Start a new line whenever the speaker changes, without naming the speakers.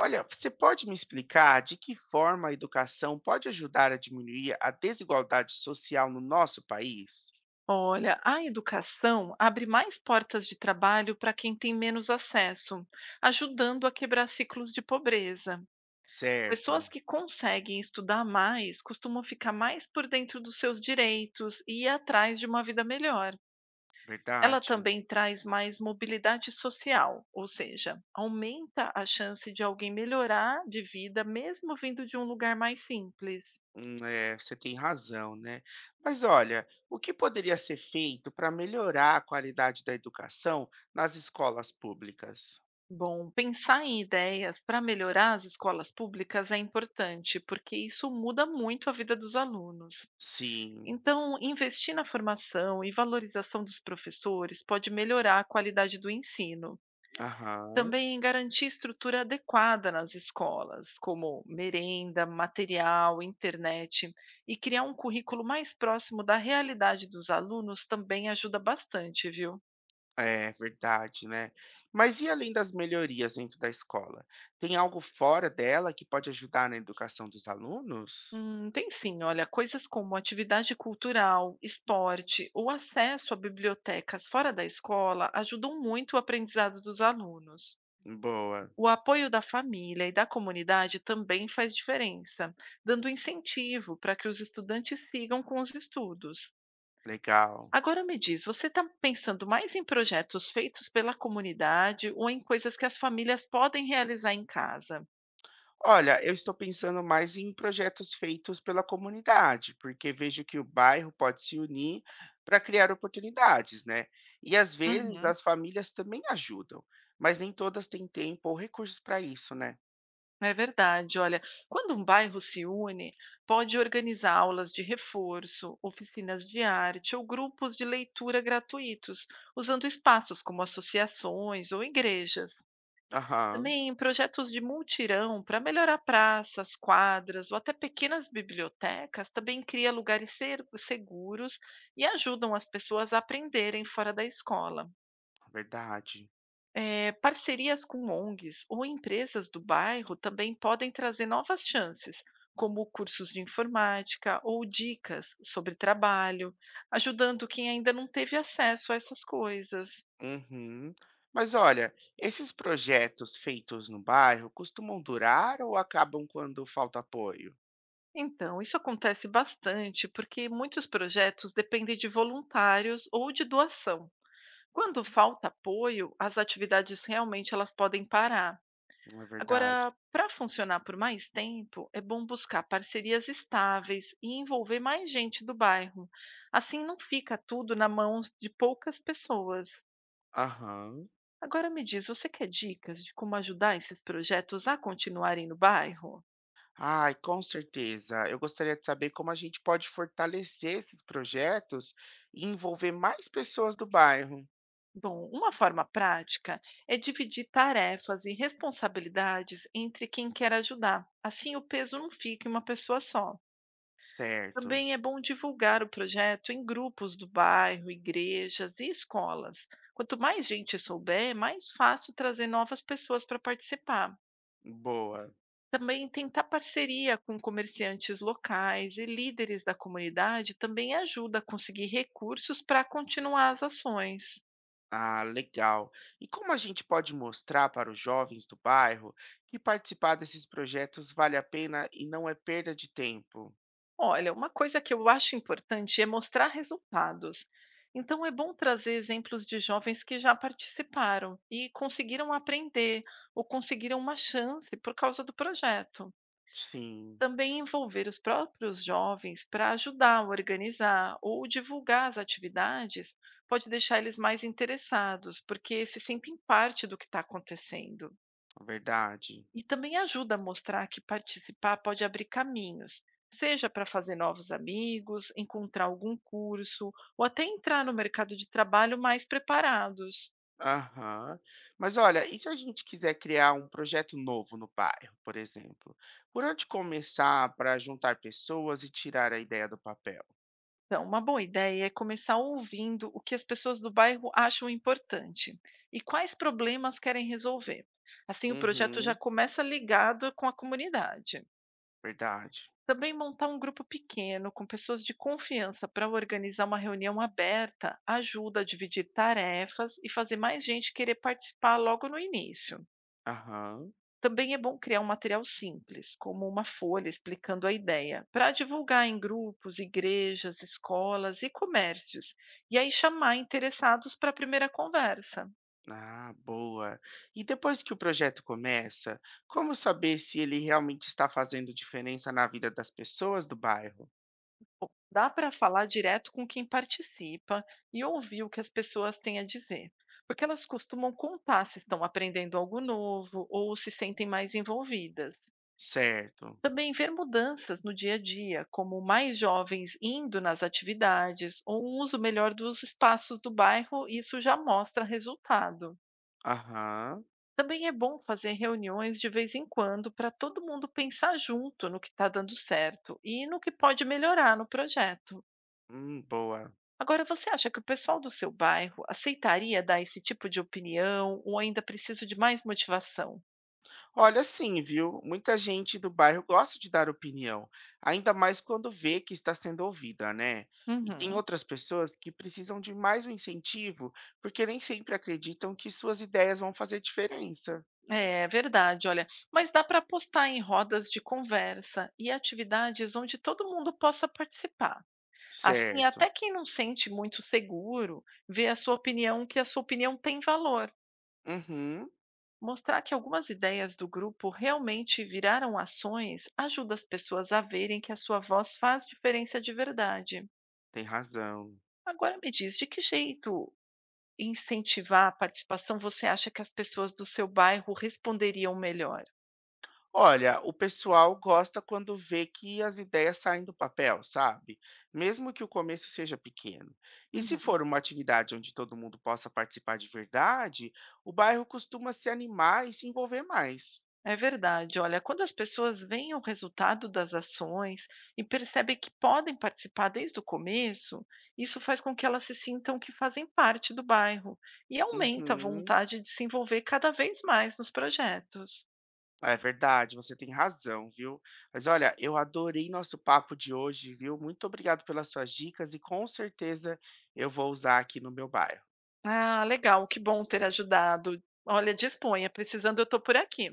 Olha, você pode me explicar de que forma a educação pode ajudar a diminuir a desigualdade social no nosso país?
Olha, a educação abre mais portas de trabalho para quem tem menos acesso, ajudando a quebrar ciclos de pobreza. Pessoas
Certo,
que conseguem estudar mais costumam ficar mais por dentro dos seus direitos e ir atrás de uma vida melhor. Ela
verdade.
também traz mais mobilidade social, ou seja, aumenta a chance de alguém melhorar de vida mesmo vindo de um lugar mais simples.
É, você tem razão, né? Mas olha, o que poderia ser feito para melhorar a qualidade da educação nas escolas públicas?
Bom, pensar em ideias para melhorar as escolas públicas é importante, porque isso muda muito a vida dos alunos.
Sim,
Então, investir na formação e valorização dos professores pode melhorar a qualidade do ensino.
aham,
Também garantir estrutura adequada nas escolas, como merenda, material, internet, e criar um currículo mais próximo da realidade dos alunos também ajuda bastante, viu?
é verdade, né? Mas e além das melhorias dentro da escola? Tem algo fora dela que pode ajudar na educação dos alunos?
Tem sim, olha, coisas como atividade cultural, esporte ou acesso a bibliotecas fora da escola ajudam muito o aprendizado dos alunos.
Boa,
O apoio da família e da comunidade também faz diferença, dando incentivo para que os estudantes sigam com os estudos.
legal.
Agora me diz, você está pensando mais em projetos feitos pela comunidade ou em coisas que as famílias podem realizar em casa?
Olha, eu estou pensando mais em projetos feitos pela comunidade, porque vejo que o bairro pode se unir para criar oportunidades, né? E às vezes
Uhum.
as famílias também ajudam, mas nem todas têm tempo ou recursos para isso, né?
É verdade. Olha, quando um bairro se une, pode organizar aulas de reforço, oficinas de arte ou grupos de leitura gratuitos, usando espaços como associações ou igrejas.
Aham,
Também projetos de multirão para melhorar praças, quadras ou até pequenas bibliotecas também cria lugares seguros e ajudam as pessoas a aprenderem fora da escola.
verdade.
Parcerias com ONGs ou empresas do bairro também podem trazer novas chances, como cursos de informática ou dicas sobre trabalho, ajudando quem ainda não teve acesso a essas coisas.
Uhum. Mas olha, esses projetos feitos no bairro costumam durar ou acabam quando falta apoio?
Então, isso acontece bastante porque muitos projetos dependem de voluntários ou de doação. Quando falta apoio, as atividades realmente elas podem parar.
Não é verdade?
Agora, para funcionar por mais tempo, é bom buscar parcerias estáveis e envolver mais gente do bairro. Assim não fica tudo na mão de poucas pessoas.
Aham.
Agora me diz, você quer dicas de como ajudar esses projetos a continuarem no bairro?
Ai, com certeza. Eu gostaria de saber como a gente pode fortalecer esses projetos e envolver mais pessoas do bairro.
Bom, uma forma prática é dividir tarefas e responsabilidades entre quem quer ajudar. Assim o peso não fica em uma pessoa só.
Certo.
Também é bom divulgar o projeto em grupos do bairro, igrejas e escolas. Quanto mais gente souber, é mais fácil trazer novas pessoas para participar.
Boa.
Também tentar parceria com comerciantes locais e líderes da comunidade também ajuda a conseguir recursos para continuar as ações.
Ah, legal. E como a gente pode mostrar para os jovens do bairro que participar desses projetos vale a pena e não é perda de tempo?
Olha, uma coisa que eu acho importante é mostrar resultados. Então, é bom trazer exemplos de jovens que já participaram e conseguiram aprender ou conseguiram uma chance por causa do projeto.
Sim,
Também envolver os próprios jovens para ajudar a organizar ou divulgar as atividades pode deixar eles mais interessados, porque se sentem parte do que está acontecendo.
verdade.
E também ajuda a mostrar que participar pode abrir caminhos, seja para fazer novos amigos, encontrar algum curso ou até entrar no mercado de trabalho mais preparados.
Aham. Mas olha, e se a gente quiser criar um projeto novo no bairro, por exemplo? Por onde começar para juntar pessoas e tirar a ideia do papel?
Então, uma boa ideia é começar ouvindo o que as pessoas do bairro acham importante e quais problemas querem resolver. Assim, o projeto já
Uhum,
começa ligado com a comunidade.
verdade.
Também montar um grupo pequeno com pessoas de confiança para organizar uma reunião aberta ajuda a dividir tarefas e fazer mais gente querer participar logo no início.
Aham.
Também é bom criar um material simples, como uma folha explicando a ideia, para divulgar em grupos, igrejas, escolas e comércios, e aí chamar interessados para a primeira conversa.
Ah, boa. E depois que o projeto começa, como saber se ele realmente está fazendo diferença na vida das pessoas do bairro?
Dá para falar direto com quem participa e ouvir o que as pessoas têm a dizer, porque elas costumam contar se estão aprendendo algo novo ou se sentem mais envolvidas.
Certo.
Também ver mudanças no dia a dia, como mais jovens indo nas atividades ou um uso melhor dos espaços do bairro, isso já mostra resultado.
Aham.
Também é bom fazer reuniões de vez em quando para todo mundo pensar junto no que está dando certo e no que pode melhorar no projeto.
Boa.
Agora, você acha que o pessoal do seu bairro aceitaria dar esse tipo de opinião ou ainda precisa de mais motivação?
Olha, sim, viu? Muita gente do bairro gosta de dar opinião, ainda mais quando vê que está sendo ouvida, né? E tem
Uhum.
outras pessoas que precisam de mais um incentivo, porque nem sempre acreditam que suas ideias vão fazer diferença.
É verdade, olha, mas dá para apostar em rodas de conversa e atividades onde todo mundo possa participar. Assim,
Certo.
até quem não sente muito seguro vê a sua opinião que a sua opinião tem valor.
Uhum,
Mostrar que algumas ideias do grupo realmente viraram ações ajuda as pessoas a verem que a sua voz faz diferença de verdade.
tem razão.
Agora me diz, de que jeito incentivar a participação você acha que as pessoas do seu bairro responderiam melhor?
Olha, o pessoal gosta quando vê que as ideias saem do papel, sabe? Mesmo que o começo seja pequeno. E se
Uhum.
for uma atividade onde todo mundo possa participar de verdade, o bairro costuma se animar e se envolver mais.
É verdade, olha, quando as pessoas veem o resultado das ações e percebem que podem participar desde o começo, isso faz com que elas se sintam que fazem parte do bairro e aumenta a
Uhum.
vontade de se envolver cada vez mais nos projetos.
É verdade, você tem razão, viu? Mas olha, eu adorei nosso papo de hoje, viu? Muito obrigado pelas suas dicas e com certeza eu vou usar aqui no meu bairro.
Ah, legal, que bom ter ajudado. Olha, disponha, precisando, eu estou por aqui.